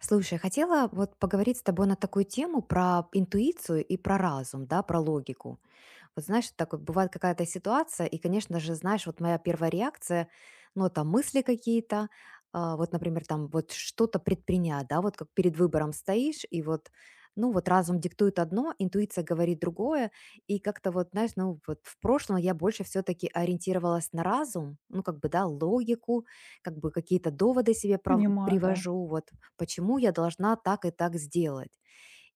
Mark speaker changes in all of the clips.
Speaker 1: Слушай, хотела вот поговорить с тобой на такую тему про интуицию и про разум, да, про логику. Вот знаешь, вот так вот бывает какая-то ситуация, и, конечно же, знаешь, вот моя первая реакция, ну, там мысли какие-то, вот, например, там вот что-то предпринять, да, вот как перед выбором стоишь, и вот, ну, вот разум диктует одно, интуиция говорит другое, и как-то вот, знаешь, ну, вот в прошлом я больше все-таки ориентировалась на разум, ну, как бы, да, логику, как бы какие-то доводы себе
Speaker 2: Понимаю, да.
Speaker 1: привожу, вот, почему я должна так и так сделать.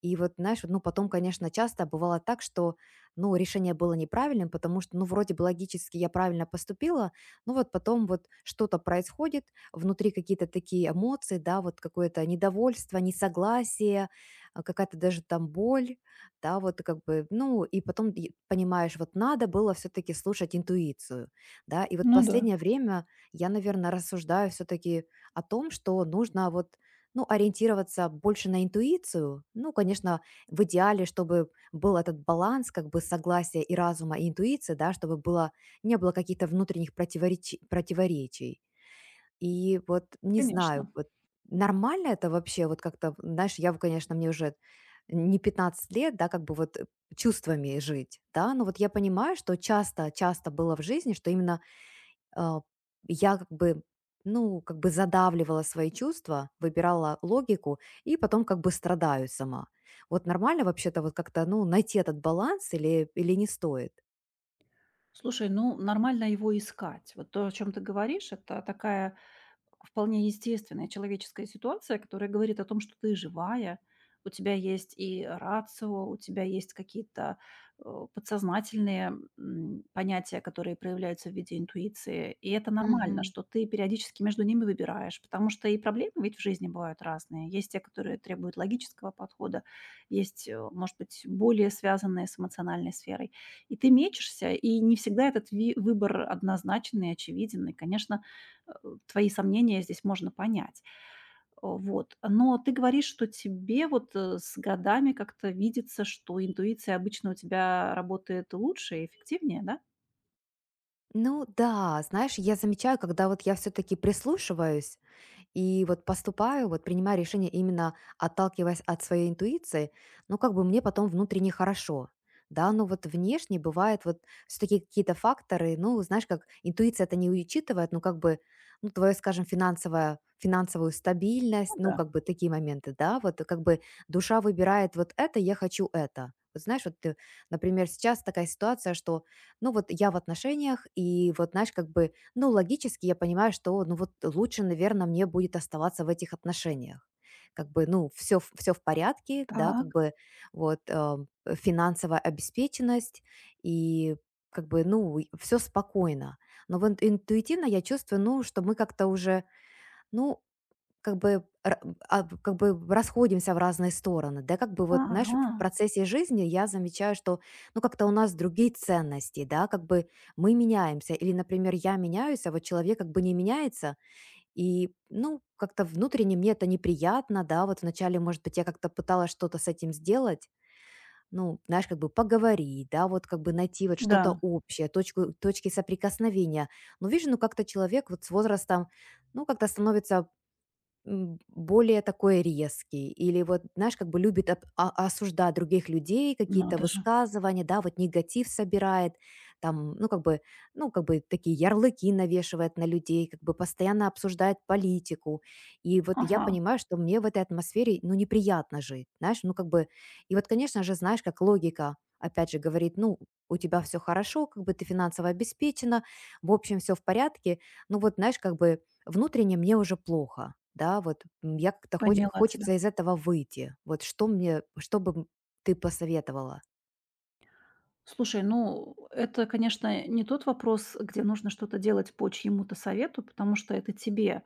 Speaker 1: И вот, знаешь, ну, потом, конечно, часто бывало так, что, ну, решение было неправильным, потому что, ну, вроде бы логически я правильно поступила, но вот потом вот что-то происходит, внутри какие-то такие эмоции, да, вот какое-то недовольство, несогласие, какая-то даже там боль, да, вот как бы, ну, и потом и понимаешь, вот надо было все-таки слушать интуицию, да, и вот
Speaker 2: Ну да,
Speaker 1: последнее время я, наверное, рассуждаю все-таки о том, что нужно вот, ну, ориентироваться больше на интуицию. Ну, конечно, в идеале, чтобы был этот баланс, как бы согласия и разума, и интуиции, да, чтобы было, не было каких-то внутренних противоречий. И вот не знаю,
Speaker 2: конечно.
Speaker 1: вот нормально это вообще, вот как-то, знаешь, я, бы, конечно, мне уже не 15 лет, да, как бы вот чувствами жить, да, но вот я понимаю, что часто было в жизни, что именно, а, я как бы, ну, как бы задавливала свои чувства, выбирала логику и потом как бы страдаю сама. Вот нормально вообще-то вот как-то, ну, найти этот баланс или не стоит?
Speaker 2: Слушай, ну нормально его искать. Вот то, о чем ты говоришь, это такая вполне естественная человеческая ситуация, которая говорит о том, что ты живая, у тебя есть и рацио, у тебя есть какие-то подсознательные понятия, которые проявляются в виде интуиции. И это нормально,
Speaker 1: Мгм.
Speaker 2: что ты периодически между ними выбираешь, потому что и проблемы ведь в жизни бывают разные. Есть те, которые требуют логического подхода, есть, может быть, более связанные с эмоциональной сферой. И ты мечешься, и не всегда этот выбор однозначный и очевиден. И, конечно, э, твои сомнения здесь можно понять. Вот. Но ты говоришь, что тебе вот с годами как-то видится, что интуиция обычно у тебя работает лучше и эффективнее, да?
Speaker 1: Ну да, знаешь, я замечаю, когда вот я все-таки прислушиваюсь, и вот поступаю, вот принимаю решение именно отталкиваясь от своей интуиции, ну, как бы мне потом внутренне хорошо. Да, но вот внешне бывает вот все-таки какие-то факторы, ну, знаешь, как интуиция это не учитывает, ну, как бы, ну, твою, скажем, финансовую стабильность,
Speaker 2: Ну
Speaker 1: ну,
Speaker 2: да.
Speaker 1: как бы такие моменты, да, вот как бы душа выбирает вот это, я хочу это. Вот знаешь, вот, ты, например, сейчас такая ситуация, что, ну, вот я в отношениях, и вот, знаешь, как бы, ну, логически я понимаю, что, ну, вот лучше, наверное, мне будет оставаться в этих отношениях. Как бы, ну, все в порядке, да,
Speaker 2: Так,
Speaker 1: как бы вот, финансовая обеспеченность и как бы, ну, все спокойно. Но вот интуитивно я чувствую, ну, что мы как-то уже, ну, как бы ра как бы расходимся в разные стороны, да, как бы вот, знаешь,
Speaker 2: ага,
Speaker 1: в процессе жизни я замечаю, что, ну, как-то у нас другие ценности, да, как бы мы меняемся, или, например, я меняюсь, а вот человек как бы не меняется, и, ну, как-то внутренне мне это неприятно, да, вот вначале, может быть, я как-то пыталась что-то с этим сделать, ну, знаешь, как бы поговорить, да, вот как бы найти вот что-то
Speaker 2: да,
Speaker 1: общее, точки соприкосновения. Но вижу, ну как-то человек вот с возрастом, ну, как-то становится, более такой резкий, или вот, знаешь, как бы любит осуждать других людей, какие-то
Speaker 2: надо же.
Speaker 1: высказывания, да, вот негатив собирает, там, ну, как бы такие ярлыки навешивает на людей, как бы постоянно обсуждает политику. И вот я
Speaker 2: Ага,
Speaker 1: понимаю, что мне в этой атмосфере, ну, неприятно жить, знаешь, ну, как бы, и вот, конечно же, знаешь, как логика, опять же, говорит, ну, у тебя все хорошо, как бы ты финансово обеспечена, в общем, все в порядке, ну, вот, знаешь, как бы внутренне мне уже плохо, да, вот, я как-то
Speaker 2: поняла тебя.
Speaker 1: хочется из этого выйти. Вот что мне что бы, ты посоветовала?
Speaker 2: Слушай, ну это, конечно, не тот вопрос, где нужно что-то делать по чьему-то совету, потому что это тебе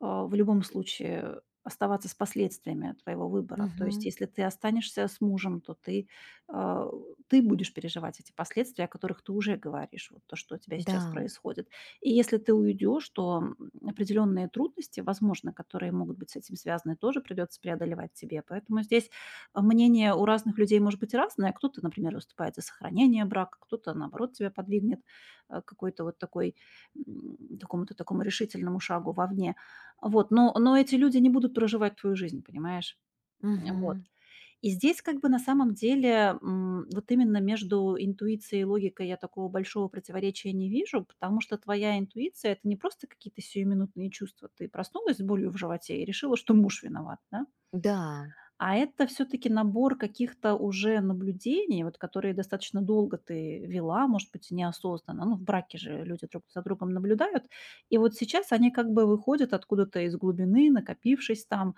Speaker 2: в любом случае оставаться с последствиями твоего выбора. То есть
Speaker 1: Мгм.
Speaker 2: если ты останешься с мужем, то ты, а, ты будешь переживать эти последствия, о которых ты уже говоришь, вот то, что у тебя сейчас
Speaker 1: Да.
Speaker 2: происходит. И если ты уйдешь, то определенные трудности, возможно, которые могут быть с этим связаны, тоже придется преодолевать тебе. Поэтому здесь мнение у разных людей может быть разное. Кто-то, например, выступает за сохранение брака, кто-то, наоборот, тебя подвигнет к какой-то вот такой, такому-то такому решительному шагу вовне. Вот, но эти люди не будут проживать твою жизнь, понимаешь? Вот.
Speaker 1: Мгм.
Speaker 2: И здесь как бы на самом деле, вот именно между интуицией и логикой я такого большого противоречия не вижу, потому что твоя интуиция — это не просто какие-то сиюминутные чувства. Ты проснулась с болью в животе и решила, что муж виноват, да?
Speaker 1: Да.
Speaker 2: А это все таки набор каких-то уже наблюдений, вот которые достаточно долго ты вела, может быть, неосознанно. Ну, в браке же люди друг за другом наблюдают. И вот сейчас они как бы выходят откуда-то из глубины, накопившись там,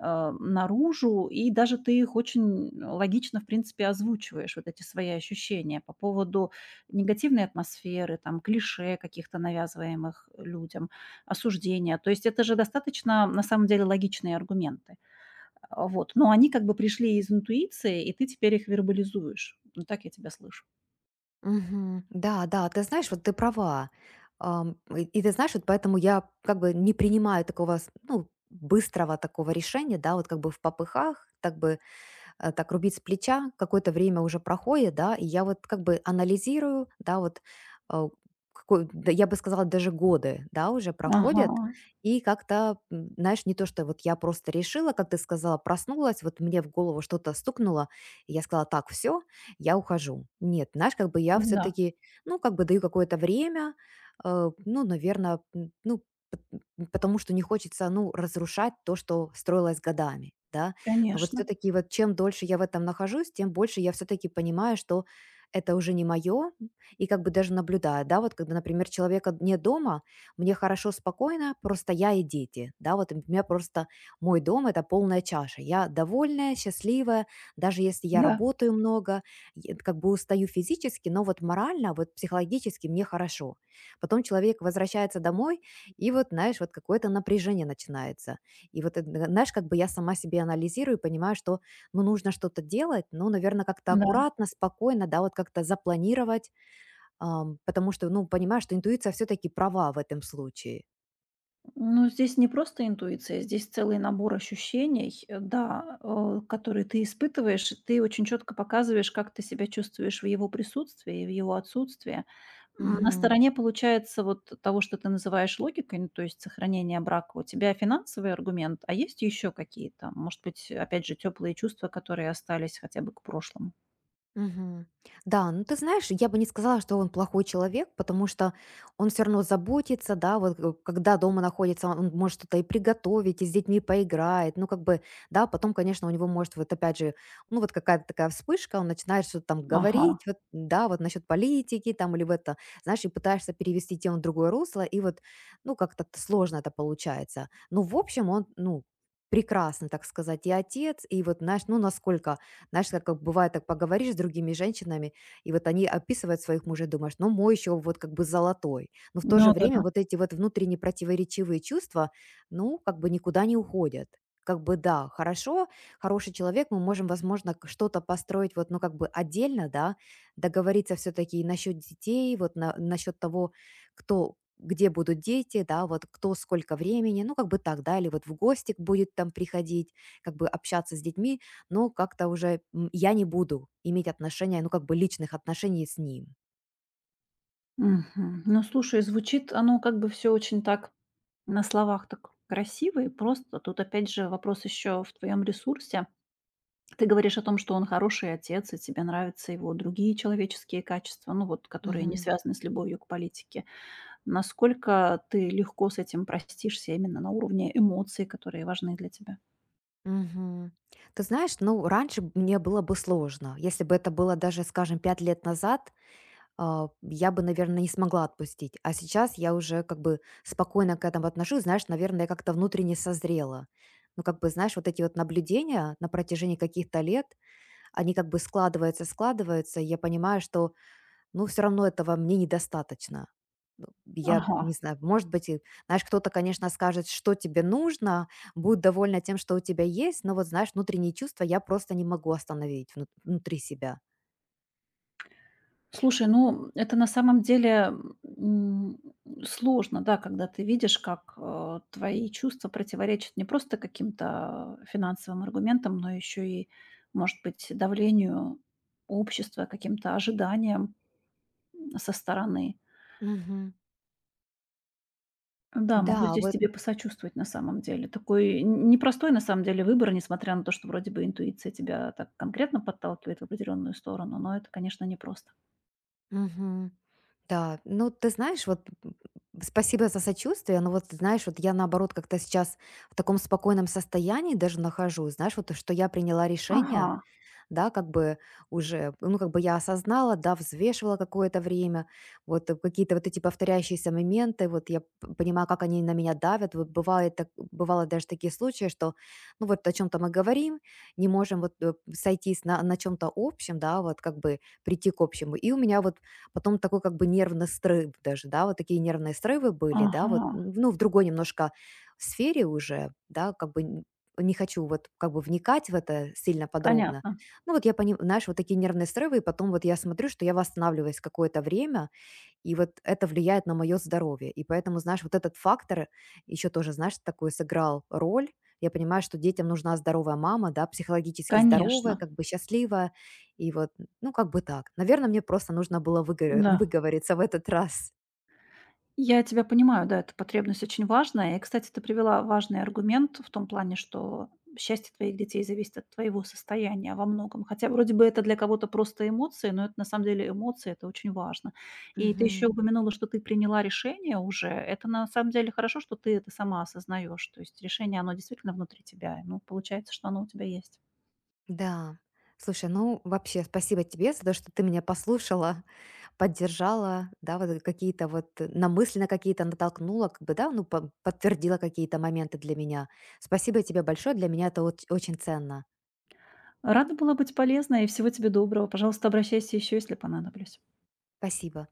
Speaker 2: наружу. И даже ты их очень логично, в принципе, озвучиваешь, вот эти свои ощущения по поводу негативной атмосферы, там, клише каких-то навязываемых людям, осуждения. То есть это же достаточно, на самом деле, логичные аргументы. Вот, но они как бы пришли из интуиции, и ты теперь их вербализуешь. Ну, так я тебя слышу.
Speaker 1: Мгм. Да, да, ты знаешь, вот ты права. Ам, и ты знаешь, вот поэтому я как бы не принимаю такого, с, ну, быстрого такого решения, да, вот как бы в попыхах, так бы, так рубить с плеча. Какое-то время уже проходит, да, и я вот как бы анализирую, да, вот, э, какой, да, я бы сказала, даже годы, да, уже
Speaker 2: Ага,
Speaker 1: проходят, и как-то, знаешь, не то, что вот я просто решила, как ты сказала, проснулась, вот мне в голову что-то стукнуло, и я сказала, так, все, я ухожу. Нет, знаешь, как бы я
Speaker 2: да,
Speaker 1: все-таки, ну, как бы даю какое-то время, ну, наверное, ну, п- потому что не хочется, ну, разрушать то, что строилось годами, да, но вот
Speaker 2: конечно,
Speaker 1: все-таки вот чем дольше я в этом нахожусь, тем больше я все-таки понимаю, что это уже не мое, и как бы даже наблюдаю, да, вот когда, например, человека нет дома, мне хорошо, спокойно, просто я и дети, да, вот у меня просто мой дом– это полная чаша, я довольная, счастливая, даже если я
Speaker 2: да,
Speaker 1: работаю много, я как бы устаю физически, но вот морально, вот психологически мне хорошо. Потом человек возвращается домой, и вот, знаешь, вот какое-то напряжение начинается. И вот, это, знаешь, как бы я сама себе анализирую и понимаю, что, ну, нужно что-то делать, ну, наверное, как-то
Speaker 2: да.
Speaker 1: аккуратно, спокойно, да, вот как-то запланировать, потому что, ну, понимаю, что интуиция все-таки права в этом случае.
Speaker 2: Ну, здесь не просто интуиция, здесь целый набор ощущений, да, которые ты испытываешь. И ты очень четко показываешь, как ты себя чувствуешь в его присутствии и в его отсутствии. На
Speaker 1: Мгм.
Speaker 2: стороне получается вот того, что ты называешь логикой, ну, то есть сохранение брака, у тебя финансовый аргумент, а есть еще какие-то, может быть, опять же, теплые чувства, которые остались хотя бы к прошлому?
Speaker 1: Мгм. Да, ну ты знаешь, я бы не сказала, что он плохой человек, потому что он все равно заботится, да, вот, когда дома находится, он может что-то и приготовить, и с детьми поиграет, ну как бы, да, потом, конечно, у него может вот опять же, ну вот какая-то такая вспышка, он начинает что-то там
Speaker 2: Ага,
Speaker 1: говорить, вот, да, вот насчет политики там или в это, знаешь, и пытаешься перевести тему в другое русло, и вот, ну как-то, сложно это получается. Ну, в общем, он, ну, прекрасный, так сказать, и отец, и вот, знаешь, ну, насколько знаешь, как бывает, так поговоришь с другими женщинами, и вот они описывают своих мужей, думаешь, ну мой еще вот как бы золотой. Но в то же
Speaker 2: ну
Speaker 1: время
Speaker 2: да.
Speaker 1: вот эти вот внутренне противоречивые чувства, ну, как бы никуда не уходят. Как бы да, хорошо, хороший человек, мы можем, возможно, что-то построить вот, ну, как бы отдельно, да, договориться все-таки насчет детей, вот насчет того, кто, где будут дети, да, вот кто сколько времени, ну, как бы так, да, или вот в гости будет там приходить, как бы общаться с детьми, но как-то уже, я не буду иметь отношения, ну, как бы личных отношений с ним.
Speaker 2: Мгм. Ну, слушай, звучит оно как бы все очень так на словах так красиво и просто. Тут опять же вопрос еще в твоем ресурсе. Ты говоришь о том, что он хороший отец, и тебе нравятся его другие человеческие качества, ну вот, которые не
Speaker 1: Мгм.
Speaker 2: связаны с любовью к политике. Насколько ты легко с этим простишься именно на уровне эмоций, которые важны для тебя?
Speaker 1: Мгм. Ты знаешь, ну, раньше мне было бы сложно. Если бы это было даже, скажем, 5 лет назад, я бы, наверное, не смогла отпустить. А сейчас я уже как бы спокойно к этому отношусь. Знаешь, наверное, я как-то внутренне созрела. Ну, как бы, знаешь, вот эти вот наблюдения на протяжении каких-то лет, они как бы складываются, складываются, и я понимаю, что. Но все равно этого мне недостаточно. Ну, я
Speaker 2: Ага.
Speaker 1: не знаю, может быть, и знаешь, кто-то, конечно, скажет, что тебе нужно, будет довольна тем, что у тебя есть, но вот, знаешь, внутренние чувства я просто не могу остановить внутри себя.
Speaker 2: Слушай, ну, это на самом деле, м, сложно, да, когда ты видишь, как, твои чувства противоречат не просто каким-то финансовым аргументам, но еще и, может быть, давлению общества, каким-то ожиданиям, со стороны.
Speaker 1: Мгм.
Speaker 2: Да, могу
Speaker 1: Да,
Speaker 2: здесь
Speaker 1: вот.
Speaker 2: тебе посочувствовать на самом деле. Такой н непростой, на самом деле, выбор, несмотря на то, что вроде бы интуиция тебя так конкретно подталкивает в определенную сторону, но это, конечно, непросто.
Speaker 1: Мгм. Да, ну, ты знаешь, вот, спасибо за сочувствие, но вот, знаешь, вот я, наоборот, как-то сейчас в таком спокойном состоянии даже нахожусь, знаешь, вот, что я приняла
Speaker 2: Ага,
Speaker 1: решение. Да, как бы уже, ну, как бы я осознала, да, взвешивала какое-то время, вот, какие-то вот эти повторяющиеся моменты, вот я понимаю, как они на меня давят, вот бывает, так, бывало даже такие случаи, что, ну, вот о чем-то мы говорим, не можем вот, сойтись на чем-то общем, да, вот как бы прийти к общему, и у меня вот потом такой как бы нервный срыв даже, да, вот такие нервные срывы были, да, вот,
Speaker 2: ага,
Speaker 1: ну, в другой немножко сфере уже, да, как бы, не хочу вот как бы вникать в это сильно подробно,
Speaker 2: понятно.
Speaker 1: ну вот я понимаю, знаешь, вот такие нервные срывы, и потом вот я смотрю, что я восстанавливаюсь какое-то время, и вот это влияет на мое здоровье. И поэтому, знаешь, вот этот фактор еще тоже, знаешь, такой сыграл роль. Я понимаю, что детям нужна здоровая мама, да, психологически здоровая,
Speaker 2: Конечно.
Speaker 1: как бы счастливая. И вот, ну, как бы так. Наверное, мне просто нужно было
Speaker 2: Да,
Speaker 1: выговориться в этот раз.
Speaker 2: я тебя понимаю, да, эта потребность очень важная. И, кстати, ты привела важный аргумент в том плане, что счастье твоих детей зависит от твоего состояния во многом. Хотя вроде бы это для кого-то просто эмоции, но это на самом деле эмоции, это очень важно. И ты
Speaker 1: Мгм.
Speaker 2: еще упомянула, что ты приняла решение уже. Это на самом деле хорошо, что ты это сама осознаешь. То есть решение, оно действительно внутри тебя. Ну, получается, что оно у тебя есть.
Speaker 1: Да. Слушай, ну вообще спасибо тебе за то, что ты меня послушала, поддержала, да, вот какие-то вот намысленно какие-то натолкнула, как бы, да, ну подтвердила какие-то моменты для меня. Спасибо тебе большое, для меня это очень ценно.
Speaker 2: Рада была быть полезной и всего тебе доброго. Пожалуйста, обращайся еще, если понадоблюсь.
Speaker 1: Спасибо.